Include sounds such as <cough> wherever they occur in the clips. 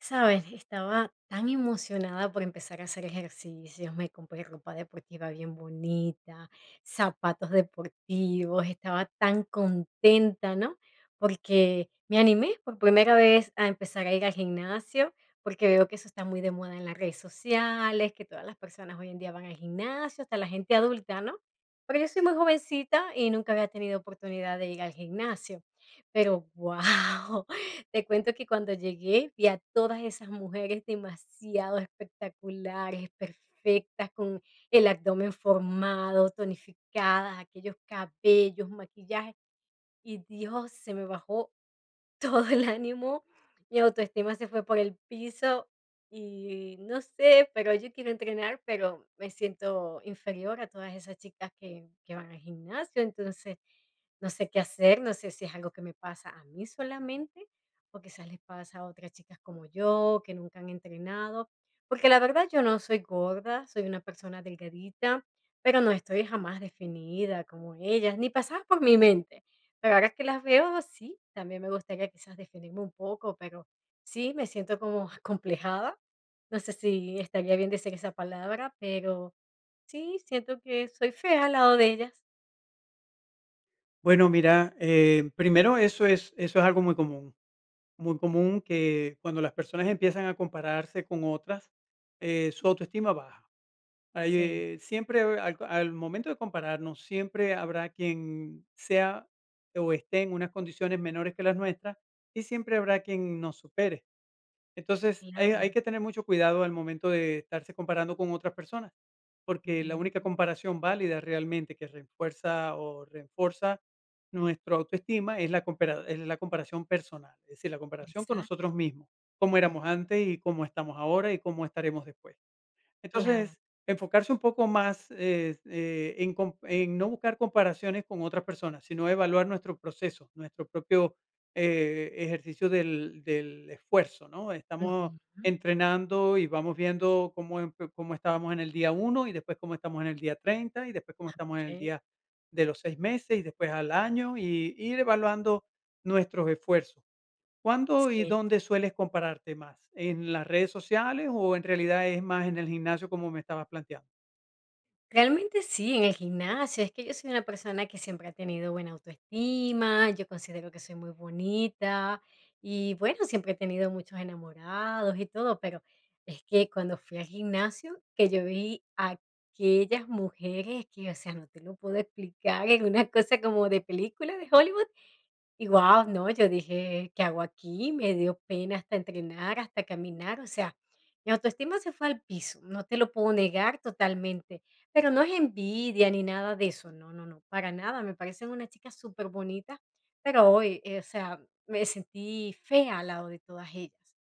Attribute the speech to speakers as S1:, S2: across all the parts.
S1: Sabes, estaba tan emocionada por empezar a hacer ejercicios, me compré ropa deportiva bien bonita, zapatos deportivos, estaba tan contenta, ¿no? Porque me animé por primera vez a empezar a ir al gimnasio, porque veo que eso está muy de moda en las redes sociales, que todas las personas hoy en día van al gimnasio, hasta la gente adulta, ¿no? Pero yo soy muy jovencita y nunca había tenido oportunidad de ir al gimnasio. Pero wow, <laughs> te cuento que cuando llegué vi a todas esas mujeres demasiado espectaculares, perfectas, con el abdomen formado, tonificadas, aquellos cabellos, maquillaje, y Dios, se me bajó todo el ánimo, mi autoestima se fue por el piso y no sé, pero yo quiero entrenar, pero me siento inferior a todas esas chicas que van al gimnasio, entonces no sé qué hacer, no sé si es algo que me pasa a mí solamente o quizás les pasa a otras chicas como yo que nunca han entrenado, porque la verdad yo no soy gorda, soy una persona delgadita, pero no estoy jamás definida como ellas, ni pasaba por mi mente. Pero ahora que las veo, sí, también me gustaría quizás definirme un poco, pero sí, me siento como <laughs> acomplejada. No sé si estaría bien decir esa palabra, pero sí, siento que soy fea al lado de ellas.
S2: Bueno, mira, primero eso es algo muy común que cuando las personas empiezan a compararse con otras, su autoestima baja. Hay,
S1: Sí.
S2: siempre al momento de compararnos, siempre habrá quien sea o esté en unas condiciones menores que las nuestras y siempre habrá quien nos supere. Entonces, hay
S1: Claro.
S2: que tener mucho cuidado al momento de estarse comparando con otras personas, porque la única
S1: Mm,
S2: comparación válida realmente que refuerza o reforza nuestra autoestima es la compara es la comparación personal, es decir, la comparación con
S1: exacto.
S2: nosotros mismos, cómo
S1: Mm,
S2: éramos antes y cómo estamos ahora y cómo estaremos después.
S1: claro.
S2: Entonces, enfocarse un poco más, en com en no buscar comparaciones con otras personas, sino evaluar nuestro proceso, nuestro propio, ejercicio del esfuerzo, ¿no? Estamos
S1: Ujú.
S2: entrenando y vamos viendo cómo estábamos en el día uno y después cómo estamos en el día 30 y después cómo estamos en el
S1: Okey.
S2: día de los 6 meses y después al año, y ir evaluando nuestros esfuerzos. ¿Cuándo y
S1: Sí.
S2: dónde sueles compararte más? ¿En las redes sociales o en realidad es más en el gimnasio como me estabas planteando?
S1: Realmente sí, en el gimnasio. Es que yo soy una persona que siempre ha tenido buena autoestima, yo considero que soy muy bonita y bueno, siempre he tenido muchos enamorados y todo, pero es que cuando fui al gimnasio, que yo vi a aquellas mujeres que, o sea, no te lo puedo explicar, es una cosa como de película de Hollywood, y guau, no, yo dije: "¿Qué hago aquí?". Me dio pena hasta entrenar, hasta caminar, o sea, mi autoestima se fue al piso, no te lo puedo negar totalmente, pero no es envidia ni nada de eso, no, no, no, para nada, me parecen unas chicas superbonitas, pero hoy, o sea, me sentí fea al lado de todas ellas.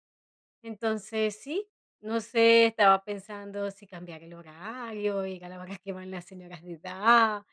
S1: Entonces, sí, no sé, estaba pensando si cambiar el horario, ir a la hora que van las señoras de edad.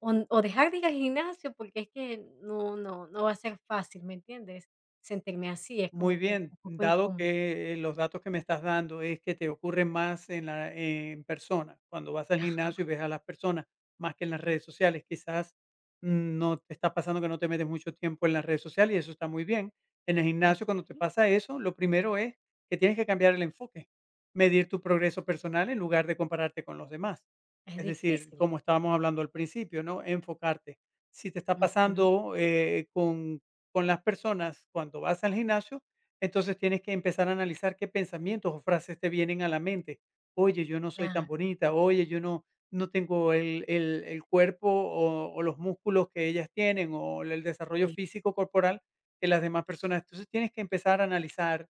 S1: O o dejar de ir al gimnasio, porque es que no va a ser fácil, ¿me entiendes? Sentirme así, es como
S2: Muy
S1: que
S2: bien,
S1: un poco
S2: dado
S1: incómodo.
S2: que, los datos que me estás dando es que te ocurre más en la en persona, cuando vas al
S1: Ajá,
S2: gimnasio y ves a las personas, más que en las redes sociales. Quizás, mm, no te está pasando que no te metes mucho tiempo en las redes sociales y eso está muy bien. En el gimnasio, cuando te
S1: okey.
S2: pasa eso, lo primero es que tienes que cambiar el enfoque, medir tu progreso personal en lugar de compararte con los demás.
S1: Es
S2: Es decir,
S1: difícil.
S2: como estábamos hablando al principio, ¿no? Enfocarte. Si te está
S1: Ujú.
S2: pasando, con las personas cuando vas al gimnasio entonces tienes que empezar a analizar qué pensamientos o frases te vienen a la mente. Oye, yo no soy tan
S1: Claro,
S2: bonita, oye, yo no, no tengo el cuerpo o los músculos que ellas tienen o el desarrollo
S1: sí.
S2: físico corporal que las demás personas. Entonces tienes que empezar a analizar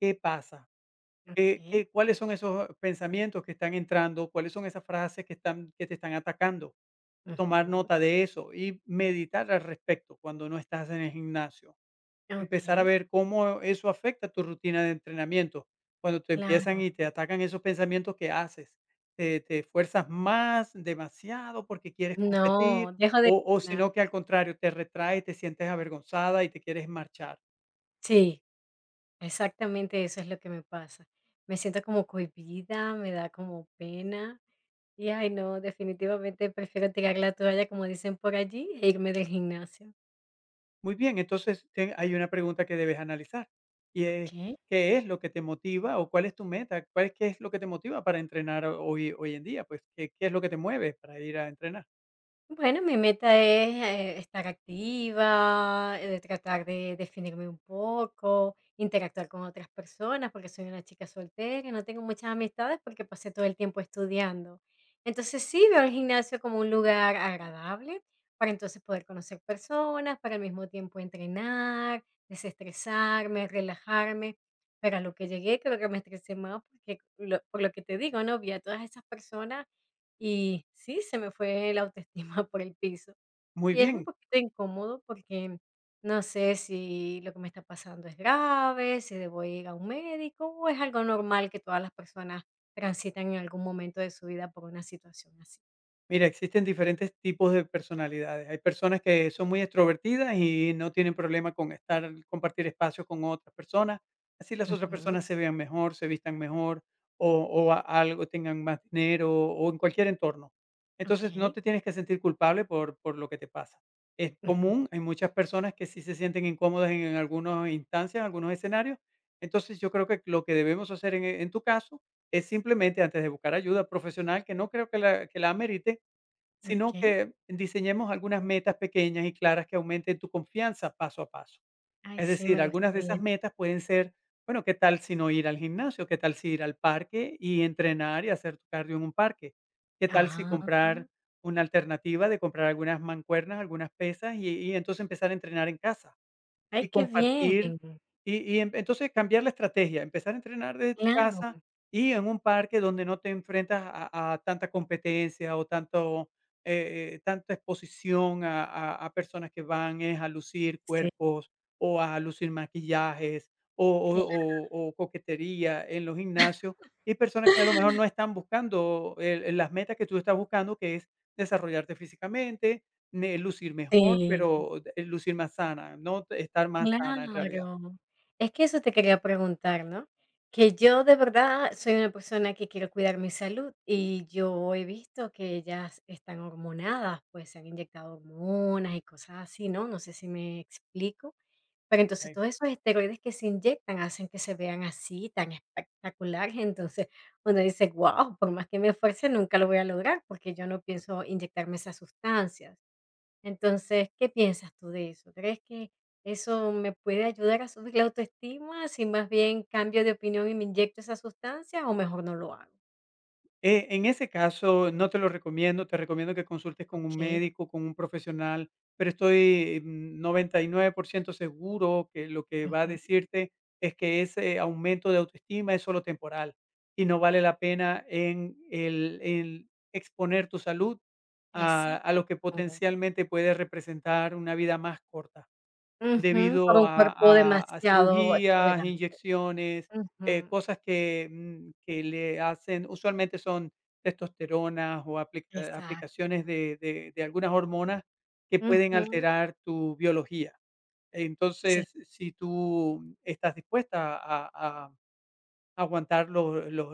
S2: qué pasa,
S1: Okey.
S2: cuáles son esos pensamientos que están entrando, cuáles son esas frases que, están, que te están atacando. Tomar
S1: Ujú.
S2: nota de eso y meditar al respecto cuando no estás en el gimnasio. Empezar a
S1: Okey,
S2: ver cómo eso afecta tu rutina de entrenamiento. Cuando te empiezan
S1: claro.
S2: y te atacan esos pensamientos, ¿que haces? ¿Te esfuerzas más, demasiado porque quieres competir?
S1: No, dejo de
S2: ¿O sino que al contrario, te retraes, te sientes avergonzada y te quieres marchar?
S1: sí, exactamente eso es lo que me pasa. Me siento como cohibida, me da como pena y, ay, no, definitivamente prefiero tirar la toalla, como dicen por allí, e irme del gimnasio.
S2: Muy bien, entonces ten hay una pregunta que debes analizar, y es,
S1: Okey.
S2: ¿qué es lo que te motiva o cuál es tu meta? ¿Cuál es qué es lo que te motiva para entrenar hoy en día? Pues, ¿qué es lo que te mueve para ir a entrenar?
S1: Bueno, mi meta es, estar activa, tratar de definirme un poco, interactuar con otras personas, porque soy una chica soltera y no tengo muchas amistades porque pasé todo el tiempo estudiando. Entonces sí veo el gimnasio como un lugar agradable para entonces poder conocer personas, para al mismo tiempo entrenar, desestresarme, relajarme. Pero a lo que llegué creo que me estresé más porque por lo que te digo, ¿no? Vi a todas esas personas y sí, se me fue la autoestima <laughs> por el piso.
S2: Muy
S1: Y es un
S2: bien.
S1: poquito incómodo porque no sé si lo que me está pasando es grave, si debo ir a un médico o es algo normal que todas las personas transitan en algún momento de su vida por una situación así.
S2: Mira, existen diferentes tipos de personalidades. Hay personas que son muy extrovertidas y no tienen problema con estar, compartir espacios con otras personas. Así las otras
S1: Ujú,
S2: personas se vean mejor, se vistan mejor o, algo, tengan más dinero o en cualquier entorno. Entonces no
S1: ok,
S2: te tienes que sentir culpable por lo que te pasa. Es
S1: ujú,
S2: común, hay muchas personas que sí se sienten incómodas en algunas instancias, en algunos escenarios. Entonces yo creo que lo que debemos hacer en tu caso es simplemente antes de buscar ayuda profesional, que no creo que que la amerite, sino
S1: ok.
S2: que diseñemos algunas metas pequeñas y claras que aumenten tu confianza paso a paso.
S1: Ay,
S2: Es
S1: sí,
S2: decir,
S1: me
S2: algunas de
S1: gustaría.
S2: esas metas pueden ser, bueno, ¿qué tal si no ir al gimnasio? ¿Qué tal si ir al parque y entrenar y hacer tu cardio en un parque? ¿Qué tal si
S1: Ah,
S2: comprar una alternativa de comprar algunas mancuernas, algunas pesas y entonces empezar a entrenar en casa?
S1: ay,
S2: Y
S1: qué bien.
S2: compartir, y en entonces cambiar la estrategia, empezar a entrenar desde tu
S1: Claro,
S2: casa y en un parque donde no te enfrentas a tanta competencia o tanto, tanta exposición a a personas que van es a lucir
S1: sí,
S2: cuerpos o a lucir maquillajes o
S1: claro.
S2: o o o coquetería en los gimnasios y personas que a lo mejor
S1: <laughs>
S2: no están buscando el las metas que tú estás buscando, que es desarrollarte físicamente, me lucir mejor,
S1: Sí.
S2: pero, lucir más sana, ¿no? Estar más sana en realidad.
S1: Claro, es que eso te quería preguntar, ¿no? Que yo de verdad soy una persona que quiero cuidar mi salud y yo he visto que ellas están hormonadas, pues se han inyectado hormonas y cosas así, ¿no? No sé si me explico, pero entonces
S2: Okey.
S1: todos esos esteroides que se inyectan hacen que se vean así, tan espectaculares, entonces uno dice, wow, por más que me esfuerce, nunca lo voy a lograr porque yo no pienso inyectarme esas sustancias. Entonces, ¿qué piensas tú de eso? ¿Crees que eso me puede ayudar a subir la autoestima si más bien cambio de opinión y me inyecto esa sustancia o mejor no lo hago?
S2: En ese caso, no te lo recomiendo, te recomiendo que consultes con un
S1: Okey,
S2: médico, con un profesional, pero estoy mm, 99% seguro que lo que va a
S1: ujú.
S2: decirte es que ese aumento de autoestima es solo temporal y no vale la pena en el exponer tu salud
S1: Exacto.
S2: a lo que
S1: Claro.
S2: potencialmente puede representar una vida más corta.
S1: Ujú, por
S2: Debido
S1: un
S2: a
S1: cuerpo
S2: a a
S1: demasiado
S2: cirugías,
S1: exuberante.
S2: inyecciones,
S1: Ujú,
S2: cosas que, mm, que le hacen usualmente son testosteronas o
S1: exacto.
S2: aplicaciones de de algunas hormonas que pueden
S1: Ujú,
S2: alterar tu biología.
S1: sí,
S2: Entonces, si tú estás dispuesta a aguantar lo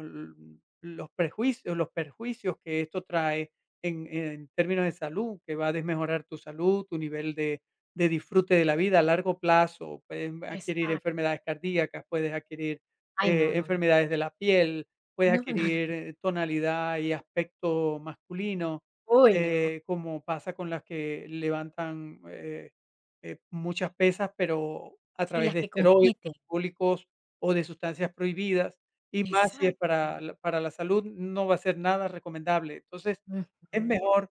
S2: los prejuicios los perjuicios que esto trae en términos de salud, que va a desmejorar tu salud, tu nivel de disfrute de la vida a largo plazo, puedes adquirir
S1: exacto.
S2: enfermedades cardíacas, puedes adquirir,
S1: Ay, no, no, no.
S2: enfermedades de la piel, puedes
S1: No, no, no.
S2: adquirir tonalidad y aspecto masculino,
S1: Uy, no.
S2: como pasa con las que levantan, muchas pesas, pero a
S1: Sí,
S2: través
S1: las
S2: de
S1: que
S2: esteroides
S1: compiten.
S2: anabólicos o de sustancias prohibidas, y más si es
S1: Exacto.
S2: para la salud, no va a ser nada recomendable. Entonces, es
S1: Ujú,
S2: mejor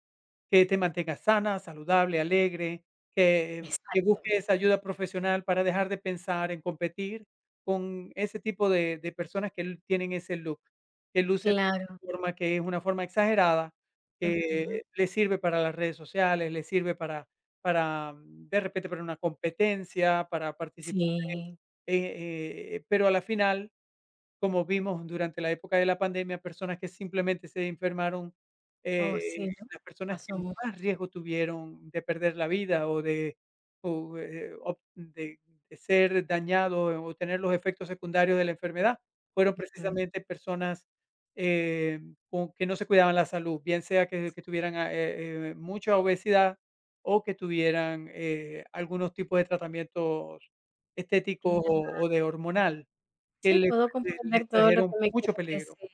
S2: que te mantengas sana, saludable, alegre, que que
S1: exacto.
S2: busques ayuda profesional para dejar de pensar en competir con ese tipo de personas que l tienen ese look, que lucen
S1: Claro.
S2: de una forma que es una forma exagerada,
S1: Ujú.
S2: que les sirve para las redes sociales, les sirve para, mm, de repente, para una competencia, para participar
S1: Sí,
S2: pero a la final, como vimos durante la época de la pandemia, personas que simplemente se enfermaron,
S1: oh, sí, ¿no?
S2: las personas que
S1: Pasó mucho,
S2: más riesgo tuvieron de perder la vida o de o, op de ser dañado o tener los efectos secundarios de la enfermedad, fueron
S1: ujú.
S2: precisamente personas, eh, con que no se cuidaban la salud, bien sea que tuvieran, mucha obesidad o que tuvieran, algunos tipos de tratamientos estéticos o de hormonal. Que
S1: Sí, puedo
S2: le
S1: comprender todo lo que
S2: trajeron
S1: me
S2: mucho
S1: quieres
S2: peligro,
S1: decir.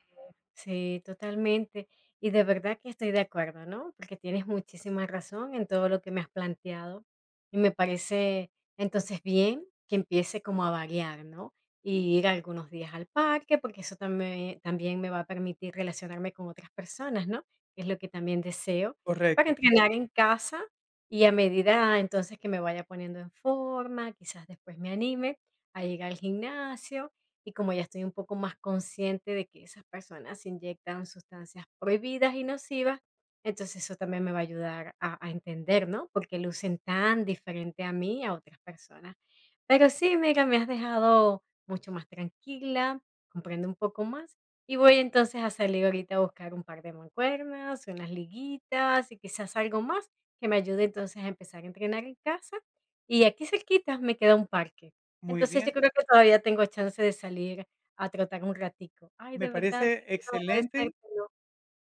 S1: Sí, totalmente. Y de verdad que estoy de acuerdo, ¿no? Porque tienes muchísima razón en todo lo que me has planteado. Y me parece entonces bien que empiece como a variar, ¿no? Y ir algunos días al parque, porque eso también, también me va a permitir relacionarme con otras personas, ¿no? Es lo que también deseo, para
S2: correcto.
S1: entrenar en casa y a medida entonces que me vaya poniendo en forma, quizás después me anime a ir al gimnasio y como ya estoy un poco más consciente de que esas personas se inyectan sustancias prohibidas y nocivas, entonces eso también me va a ayudar a entender, ¿no? Porque lucen tan diferente a mí, a otras personas. Pero sí, mira, me has dejado mucho más tranquila, comprendo un poco más. Y voy entonces a salir ahorita a buscar un par de mancuernas, unas liguitas y quizás algo más que me ayude entonces a empezar a entrenar en casa. Y aquí cerquita me queda un parque.
S2: Muy
S1: Entonces, yo
S2: bien,
S1: creo que todavía tengo chance de salir a trotar un ratico. Ay,
S2: me
S1: de verdad
S2: parece
S1: que quiero
S2: excelente
S1: agradecértelo.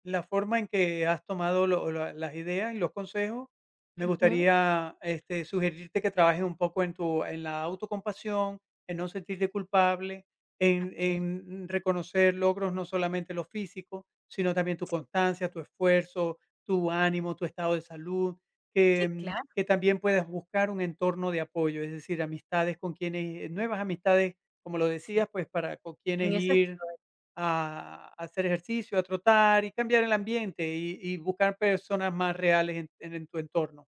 S2: la forma en que has tomado las ideas y los consejos. Me
S1: Ujú.
S2: gustaría este, sugerirte que trabajes un poco en, tu, en la autocompasión, en no sentirte culpable,
S1: Okey.
S2: en reconocer logros no solamente los físicos, sino también tu constancia, tu esfuerzo, tu ánimo, tu estado de salud, que,
S1: Sí, claro,
S2: mm, que también puedas buscar un entorno de apoyo, es decir, amistades con quienes, nuevas amistades, como lo
S1: sí.
S2: decías, pues para con
S1: En
S2: quienes
S1: eso
S2: ir
S1: estoy.
S2: a hacer ejercicio, a trotar y cambiar el
S1: Ujú.
S2: ambiente y buscar personas más reales en en tu entorno,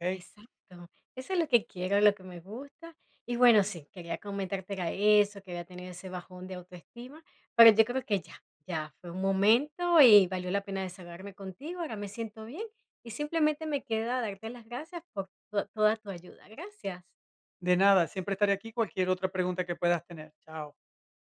S2: ¿ok?
S1: Exacto. Eso es lo que quiero, lo que me gusta. Y bueno, sí, quería comentarte era eso, que había tenido ese bajón de autoestima, pero yo creo que ya, ya fue un momento y valió la pena desahogarme contigo. Ahora me siento bien y simplemente me queda darte las gracias por to toda tu ayuda. Gracias.
S2: De nada, siempre estaré aquí, cualquier otra pregunta que puedas tener. Chao.